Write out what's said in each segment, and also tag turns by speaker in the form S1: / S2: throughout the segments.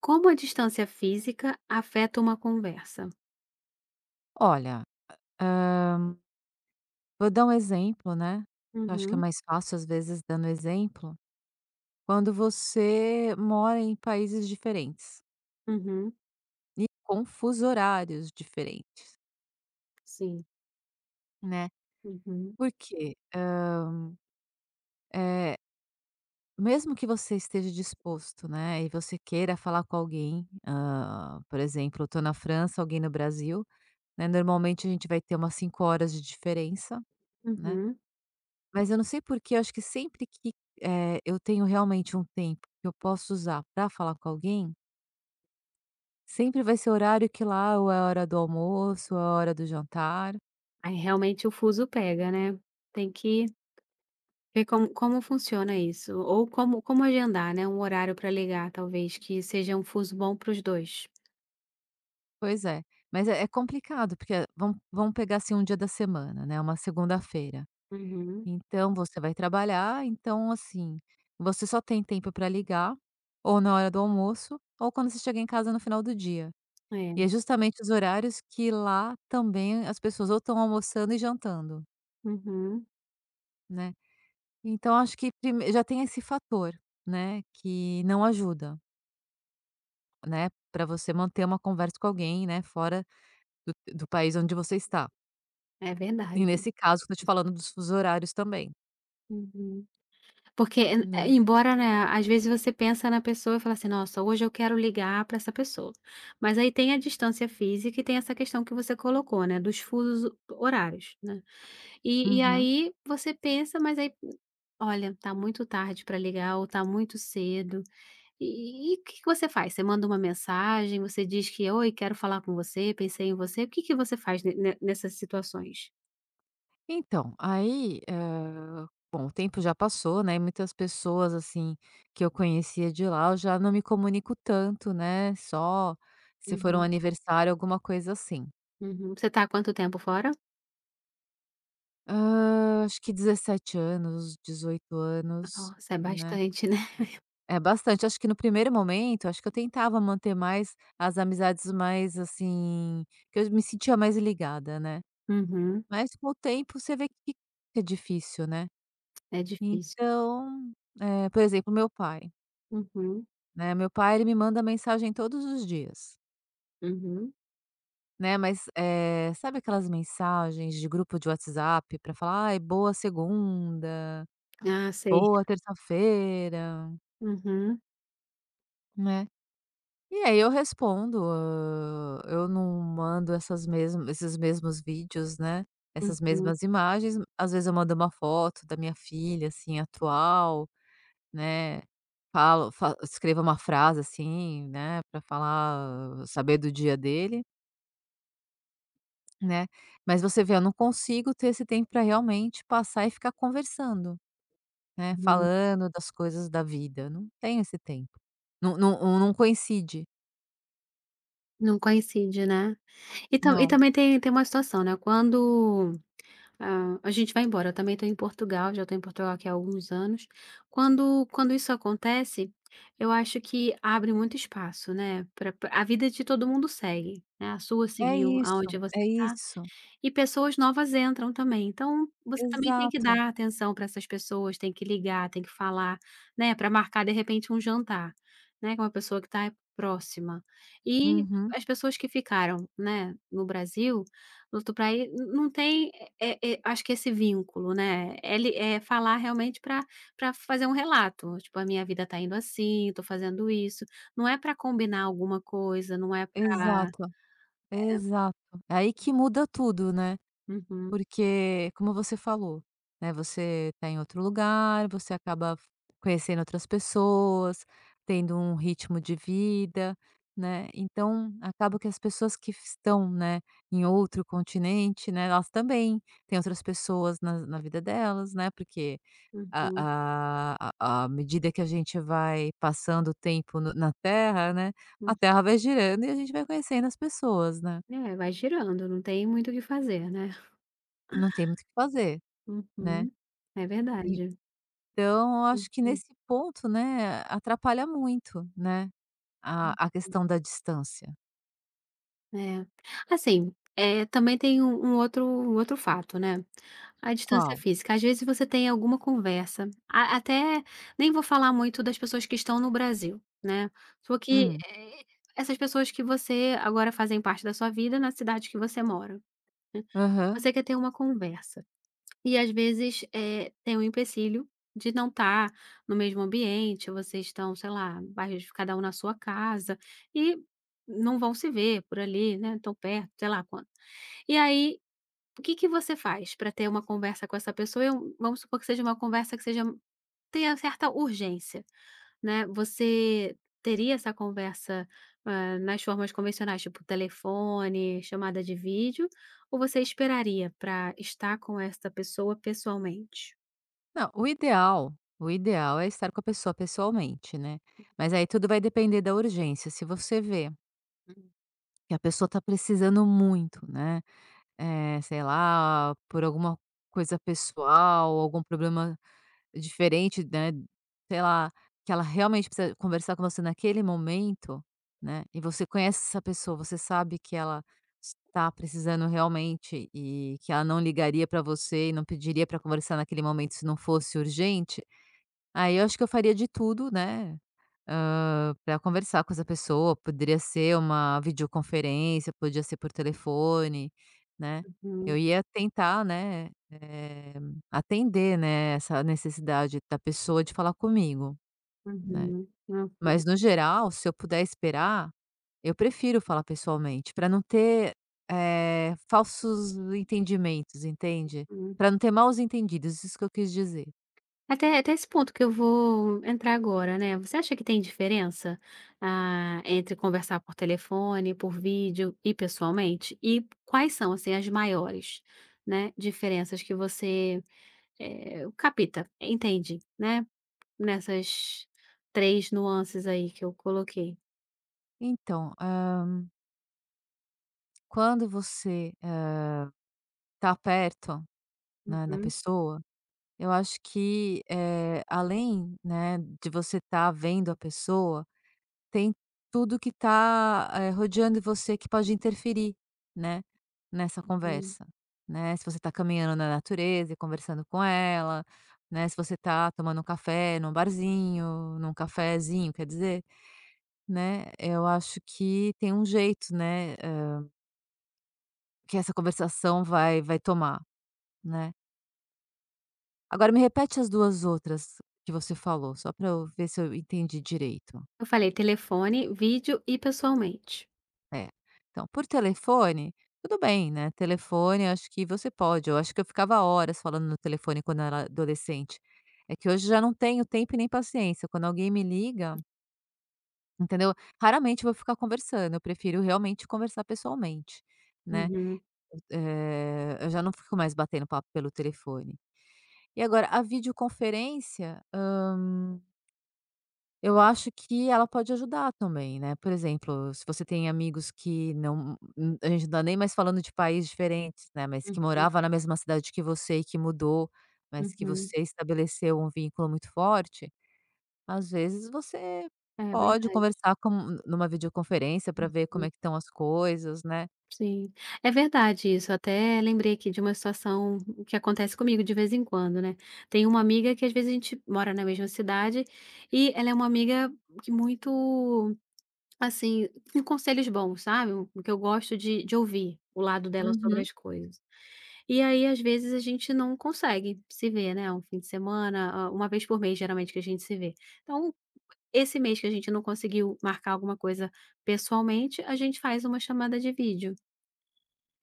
S1: Como a distância física afeta uma conversa?
S2: Olha, hã, vou dar um exemplo, né, eu acho que é
S1: Uhum,
S2: mais fácil, às vezes, dando exemplo, quando você mora em países diferentes
S1: uhum,
S2: e com fusos horários diferentes,
S1: sim,
S2: né.
S1: uhum,
S2: Porque quê? eh, mesmo que você esteja disposto, né, e você queira falar com alguém, por exemplo, eu estou na França, alguém no Brasil, né, normalmente a gente vai ter umas 5 horas de diferença, né.
S1: uhum.
S2: Mas eu não sei porque, eu acho que sempre que, eu tenho realmente um tempo que eu posso usar para falar com alguém, sempre vai ser horário que lá ou é hora do almoço ou é hora do jantar.
S1: Aí realmente o fuso pega, né. Tem que ver como funciona isso, ou como agendar, né, um horário para ligar talvez que seja um fuso bom para os dois.
S2: Pois é, mas é complicado, porque, vamos pegar, assim, um dia da semana, né, uma segunda-feira.
S1: Uhum,
S2: Então você vai trabalhar, então, assim, você só tem tempo para ligar ou na hora do almoço ou quando você chega em casa no final do dia. E é
S1: é,
S2: justamente os horários que lá também as pessoas ou estão almoçando e jantando,
S1: uhum,
S2: né. Então acho que prime já tem esse fator, né, que não ajuda, né, para você manter uma conversa com alguém, né, fora do país onde você está.
S1: é
S2: E
S1: verdade.
S2: nesse caso estou te falando dos fusos horários também,
S1: Uhum. Porque,
S2: né.
S1: embora, né, às vezes você pensa na pessoa e fala assim: "Nossa, hoje eu quero ligar para essa pessoa". Mas aí tem a distância física e tem essa questão que você colocou, né, dos fusos horários, né. E
S2: Uhum.
S1: aí você pensa, mas aí, olha, tá muito tarde para ligar ou tá muito cedo. E o que que você faz? Você manda uma mensagem, você diz que: "Oi, quero falar com você, pensei em você". O que que você faz ne ne nessas situações?
S2: Então, aí, bom, o tempo já passou, né, e muitas pessoas, assim, que eu conhecia de lá, eu já não me comunico tanto, né, só se for um
S1: Uhum,
S2: aniversário, alguma coisa assim.
S1: uhum. Você tá há quanto tempo fora?
S2: Hã, acho que 17 anos, 18 anos,
S1: Nossa, é
S2: né.
S1: bastante, né.
S2: É bastante. Acho que no primeiro momento, acho que eu tentava manter mais as amizades mais, assim, que eu me sentia mais ligada, né.
S1: Uhum.
S2: Mas com o tempo você vê que é difícil, né.
S1: É difícil.
S2: Então, por exemplo, meu pai,
S1: Uhum,
S2: né, meu pai ele me manda mensagem todos os dias,
S1: uhum.
S2: né, mas, sabe aquelas mensagens de grupo de WhatsApp para falar: "Ai, boa segunda,
S1: Ah, sei.
S2: boa terça-feira",
S1: Uhum,
S2: né. E aí eu respondo, eu não mando essas mesmas esses mesmos vídeos, né, essas
S1: uhum,
S2: mesmas imagens, às vezes eu mando uma foto da minha filha, assim, atual, né, falo fa escrevo uma frase, assim, né, pra falar saber do dia dele, né, mas você vê, eu não consigo ter esse tempo pra realmente passar e ficar conversando, né,
S1: uhum.
S2: falando das coisas da vida, não tenho esse tempo. Não não não coincide,
S1: Não coincide, né. E
S2: não.
S1: também tem uma situação, né, quando, ah, a gente vai embora, eu também estou em Portugal, já estou em Portugal aqui há alguns anos. Quando isso acontece, eu acho que abre muito espaço, né, pra a vida de todo mundo segue, né, a sua
S2: É
S1: seguiu,
S2: isso,
S1: aonde você
S2: é
S1: está.
S2: isso.
S1: E pessoas novas entram também, então você também tem que
S2: Exato.
S1: dar atenção para essas pessoas, tem que ligar, tem que falar, né, para marcar de repente um jantar, né, com uma pessoa que está próxima. E
S2: Uhum.
S1: as pessoas que ficaram, né, no Brasil, no outro paí não tem, acho que esse vínculo, né, é li é falar realmente para fazer um relato, tipo: "A minha vida tá indo assim, tô fazendo isso", não é para combinar alguma coisa, não é pra.
S2: Exato, exato. É aí que muda tudo, né,
S1: Uhum,
S2: porque como você falou, né, você tá em outro lugar, você acaba f conhecendo outras pessoas, tendo um ritmo de vida, né, então acaba que as pessoas que estão, né, em outro continente, né, elas também têm outras pessoas na na vida delas, né, porque
S1: uhum,
S2: A
S1: uhum.
S2: a à medida que a gente vai passando o tempo no na Terra, né, a Terra vai girando e a gente vai conhecendo as pessoas, né.
S1: É, vai girando, não tem muito o que fazer, né.
S2: Não tem muito o que fazer, né.
S1: Uhum. É verdade.
S2: Então eu
S1: Hum,
S2: acho que
S1: hum,
S2: nesse ponto, né, atrapalha muito, né,
S1: hum.
S2: a questão da distância.
S1: É. Assim, eh, também tem um outro fato, né, a distância
S2: Qual?
S1: física. Às vezes você tem alguma conversa, a até nem vou falar muito das pessoas que estão no Brasil, né, só que,
S2: Hum.
S1: essas pessoas que você agora fazem parte da sua vida na cidade que você mora, né,
S2: Aham.
S1: você quer ter uma conversa. E às vezes, tem um empecilho de não estar no mesmo ambiente, vocês estão, sei lá, bairros de cada um na sua casa e não vão se ver por ali, né, tão perto, sei lá quanto. E aí, o que que você faz para ter uma conversa com essa pessoa? E um vamos supor que seja uma conversa que seja tenha certa urgência. Né, você teria essa conversa, nas formas convencionais, tipo telefone, chamada de vídeo, ou você esperaria para estar com esta pessoa pessoalmente?
S2: Não, o ideal é estar com a pessoa pessoalmente, né. Mas aí tudo vai depender da urgência, se você vê que a pessoa está precisando muito, né. Sei lá, por alguma coisa pessoal, algum problema diferente, né, sei lá, que ela realmente precisa conversar com você naquele momento, né, e você conhece essa pessoa, você sabe que ela está precisando realmente e que ela não ligaria para você e não pediria para conversar naquele momento se não fosse urgente. Aí eu acho que eu faria de tudo, né, pra conversar com essa pessoa, poderia ser uma videoconferência, podia ser por telefone, né.
S1: Uhum,
S2: Eu ia tentar, né, atender, né, essa necessidade da pessoa de falar comigo, né.
S1: uhum, ok,
S2: Mas no geral, se eu puder esperar, eu prefiro falar pessoalmente, pra não ter, falsos entendimentos, entende.
S1: hum.
S2: Pra não ter maus entendidos, isso que eu quis dizer.
S1: Até esse ponto que eu vou entrar agora, né, você acha que tem diferença, ah, entre conversar por telefone, por vídeo e pessoalmente? E quais são, assim, as maiores, né, diferenças que você. O capita, entende, né, nessas 3 nuances aí que eu coloquei.
S2: Então, quando você tá perto, né, da
S1: Uhum,
S2: pessoa, eu acho que, além, né, de você estar vendo a pessoa, tem tudo que está rodeando você que pode interferir, né, nessa
S1: uhum.
S2: conversa, né. Se você está caminhando na natureza e conversando com ela, né, se você está tomando um café num barzinho, num cafezinho, quer dizer, né, eu acho que tem um jeito, né, que essa conversação vai tomar, né. Agora me repete as 2 outras que você falou, só para eu ver se eu entendi direito.
S1: Eu falei telefone, vídeo e pessoalmente.
S2: É, então, por telefone, tudo bem, né, telefone acho que você pode, eu acho que eu ficava horas falando no telefone quando eu era adolescente. É que hoje já não tenho tempo e nem paciência, quando alguém me liga, entendeu, raramente eu vou ficar conversando, eu prefiro realmente conversar pessoalmente, né.
S1: Uhum,
S2: Eu já não fico mais batendo papo pelo telefone. E agora a videoconferência, hum, eu acho que ela pode ajudar também, né, por exemplo, se você tem amigos que não a gente não tá nem mais falando de países diferentes, né, mas que
S1: uhum,
S2: morava na mesma cidade que você e que mudou, mas que
S1: uhum.
S2: você estabeleceu um vínculo muito forte, às vezes você
S1: É
S2: pode
S1: verdade.
S2: conversar com numa videoconferência para ver como
S1: Uhum.
S2: é que estão as coisas, né.
S1: Sim. É verdade isso. Eu até lembrei aqui de uma situação que acontece comigo de vez em quando, né. Tem uma amiga que às vezes a gente mora na mesma cidade, e ela é uma amiga que muito. Assim, com conselhos bons, sabe, o que eu gosto de ouvir o lado dela sobre
S2: Uhum.
S1: as coisas. E aí, às vezes, a gente não consegue se ver, né, um fim de semana, uma vez por mês, geralmente, que a gente se vê. Então, esse mês que a gente não conseguiu marcar alguma coisa pessoalmente, a gente faz uma chamada de vídeo.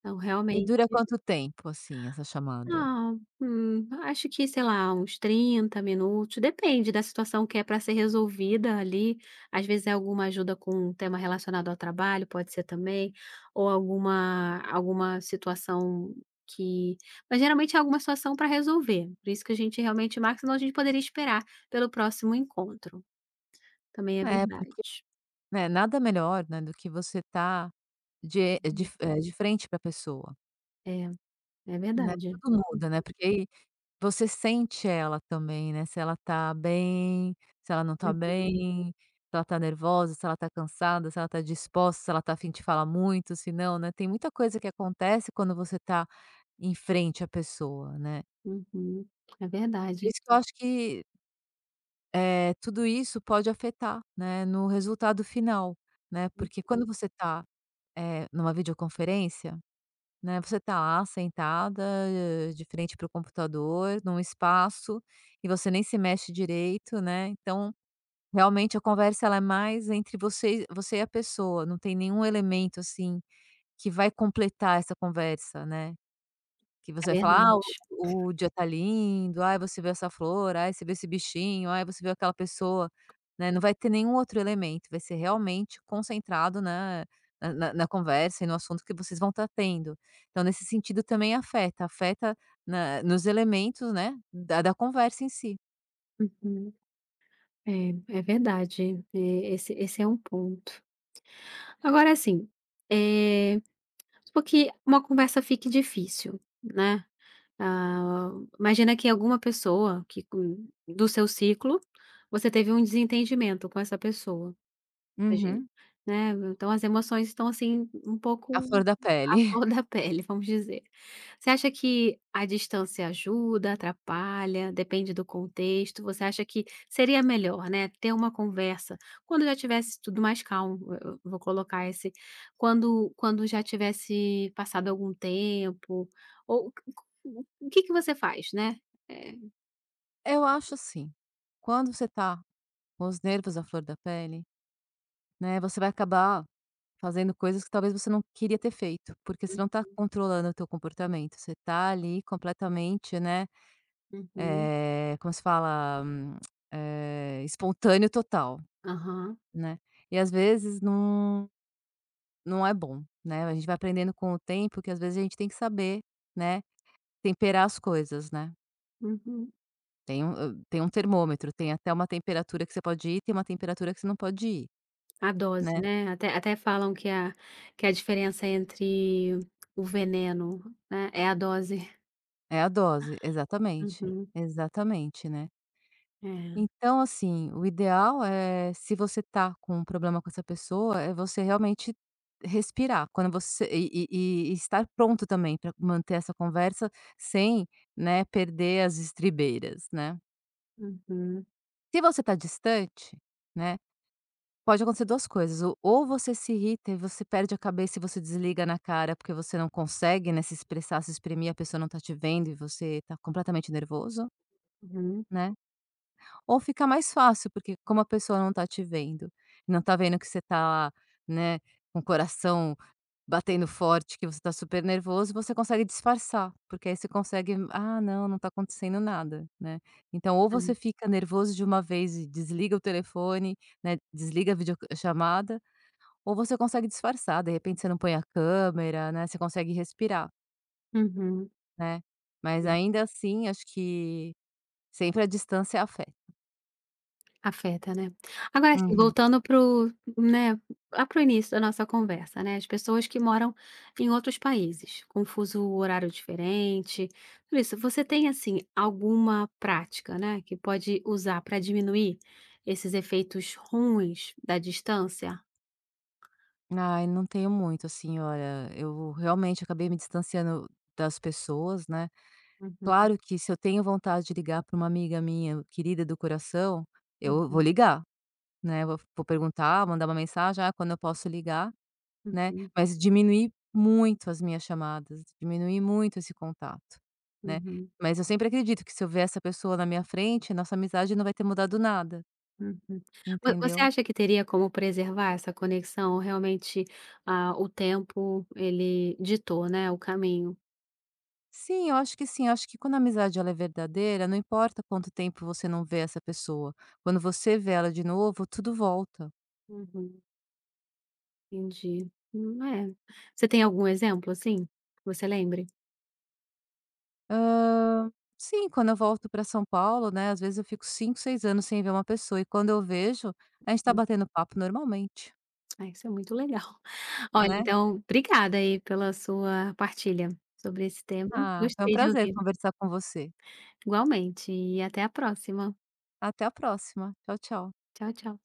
S1: Então,
S2: E
S1: realmente.
S2: dura quanto tempo, assim, essa chamada?
S1: Ah, acho que, sei lá, uns 30 minutos, depende da situação que é para ser resolvida ali. Às vezes é alguma ajuda com um tema relacionado ao trabalho, pode ser também, ou alguma, alguma situação que. Mas geralmente é alguma situação para resolver. Por isso que a gente realmente marca, senão a gente poderia esperar pelo próximo encontro. Também é
S2: É, porque,
S1: verdade.
S2: né, nada melhor, né, do que você estar
S1: Uhum.
S2: de frente pra pessoa.
S1: É, é
S2: Né,
S1: verdade.
S2: tudo muda, né, porque aí você sente ela também, né, se ela tá bem, se ela não tá bem, se ela tá nervosa, se ela tá cansada, se ela tá disposta, se ela tá afim de falar muito, se não, né, tem muita coisa que acontece quando você tá em frente à pessoa, né.
S1: Uhum. É
S2: Por
S1: verdade.
S2: isso que eu acho que, tudo isso pode afetar, né, no resultado final, né, porque quando você tá, numa videoconferência, né, você tá lá sentada, de frente para o computador, num espaço, e você nem se mexe direito, né, então, realmente a conversa ela é mais entre você e a pessoa, não tem nenhum elemento, assim, que vai completar essa conversa, né. Que
S1: É
S2: você vai falar:
S1: verdade.
S2: "Ah, o dia tá lindo. Ai, você vê essa flor. Ai, você vê esse bichinho. Ai, você vê aquela pessoa", né, não vai ter nenhum outro elemento, vai ser realmente concentrado, né, na conversa e no assunto que vocês vão estar tendo. Então nesse sentido também afeta, afeta na nos elementos, né, da conversa em si.
S1: Uhum. É, é verdade, esse esse é um ponto. Agora assim, eh, supor uma conversa fique difícil, né, ah, imagina que alguma pessoa que com do seu ciclo, você teve um desentendimento com essa pessoa. Imagino,
S2: Uhum.
S1: né, então as emoções estão, assim, um
S2: A
S1: pouco
S2: flor da
S1: à
S2: pele.
S1: flor da pele, vamos dizer. Você acha que a distância ajuda, atrapalha, depende do contexto? Você acha que seria melhor, né, ter uma conversa quando já tivesse tudo mais calmo, eu vou colocar esse quando já tivesse passado algum tempo ou o que que você faz, né? É.
S2: Eu acho assim, quando você tá com os nervos à flor da pele, né, você vai acabar fazendo coisas que talvez você não queria ter feito, porque você não está
S1: Uhum,
S2: controlando o teu comportamento, você está ali completamente, né,
S1: uhum.
S2: como se fala? Espontâneo total,
S1: Aham,
S2: né. E às vezes não não é bom, né, a gente vai aprendendo com o tempo que às vezes a gente tem que saber, né, temperar as coisas, né.
S1: uhum.
S2: Tem um termômetro, tem até uma temperatura que você pode ir, tem uma temperatura que você não pode ir,
S1: A dose,
S2: né.
S1: né, até falam que a diferença entre o veneno, né, é a dose.
S2: É a dose, exatamente,
S1: Uhum.
S2: exatamente, né.
S1: É.
S2: Então, assim, o ideal é, se você tá com um problema com essa pessoa, é você realmente respirar. Quando você e estar pronto também para manter essa conversa sem, né, perder as estribeiras, né.
S1: Uhum.
S2: Se você tá distante, né, pode acontecer 2 coisas, ou você se irrita e você perde a cabeça e você desliga na cara, porque você não consegue, né, se expressar, se exprimir, a pessoa não tá te vendo e você tá completamente nervoso,
S1: Uhum.
S2: né. Ou fica mais fácil, porque como a pessoa não tá te vendo, não tá vendo que você tá, né, com o coração batendo forte, que você tá super nervoso, você consegue disfarçar, porque aí você consegue: "Ah, não, não tá acontecendo nada", né. Então ou você
S1: É.
S2: fica nervoso de uma vez e desliga o telefone, né, desliga a videochamada, ou você consegue disfarçar, de repente você não põe a câmera, né, você consegue respirar,
S1: Uhum.
S2: né. Mas
S1: Sim.
S2: ainda assim, acho que sempre a distância afeta.
S1: Afeta, né. Agora assim,
S2: Uhum.
S1: voltando para o, né, lá para início da nossa conversa, né, as pessoas que moram em outros países, com fuso horário diferente, tudo isso. Você tem, assim, alguma prática, né, que pode usar para diminuir esses efeitos ruins da distância?
S2: Ai, não tenho muito, assim, olha, eu realmente acabei me distanciando das pessoas, né.
S1: Uhum,
S2: Claro que se eu tenho vontade de ligar para uma amiga minha querida do coração, eu vou
S1: uhum,
S2: ligar, né, vou perguntar, mandar uma mensagem: "Ah, quando eu posso ligar?", né,
S1: uhum,
S2: mas diminuir muito as minhas chamadas, diminuir muito esse contato, né.
S1: uhum,
S2: Mas eu sempre acredito que se eu ver essa pessoa na minha frente, nossa amizade não vai ter mudado nada,
S1: uhum. Vo você
S2: entendeu?
S1: acha que teria como preservar essa conexão? Ou realmente, ah, o tempo ele ditou, né, o caminho.
S2: Sim, eu acho que sim, eu acho que quando a amizade ela é verdadeira, não importa quanto tempo você não vê essa pessoa, quando você vê ela de novo, tudo volta.
S1: Uhum, entendi. É. Você tem algum exemplo, assim, que você lembre?
S2: Hã, sim, quando eu volto para São Paulo, né, às vezes eu fico 5 6 anos sem ver uma pessoa e quando eu vejo, a gente tá
S1: Hum.
S2: batendo papo normalmente,
S1: Ah, isso é muito legal. Olha,
S2: né.
S1: então, obrigada aí pela sua partilha sobre esse tema.
S2: Ah, foi um
S1: Gostei de
S2: prazer
S1: ouvir.
S2: conversar com você.
S1: Igualmente, e até a próxima.
S2: Até a próxima. Tchau, tchau.
S1: Tchau, tchau.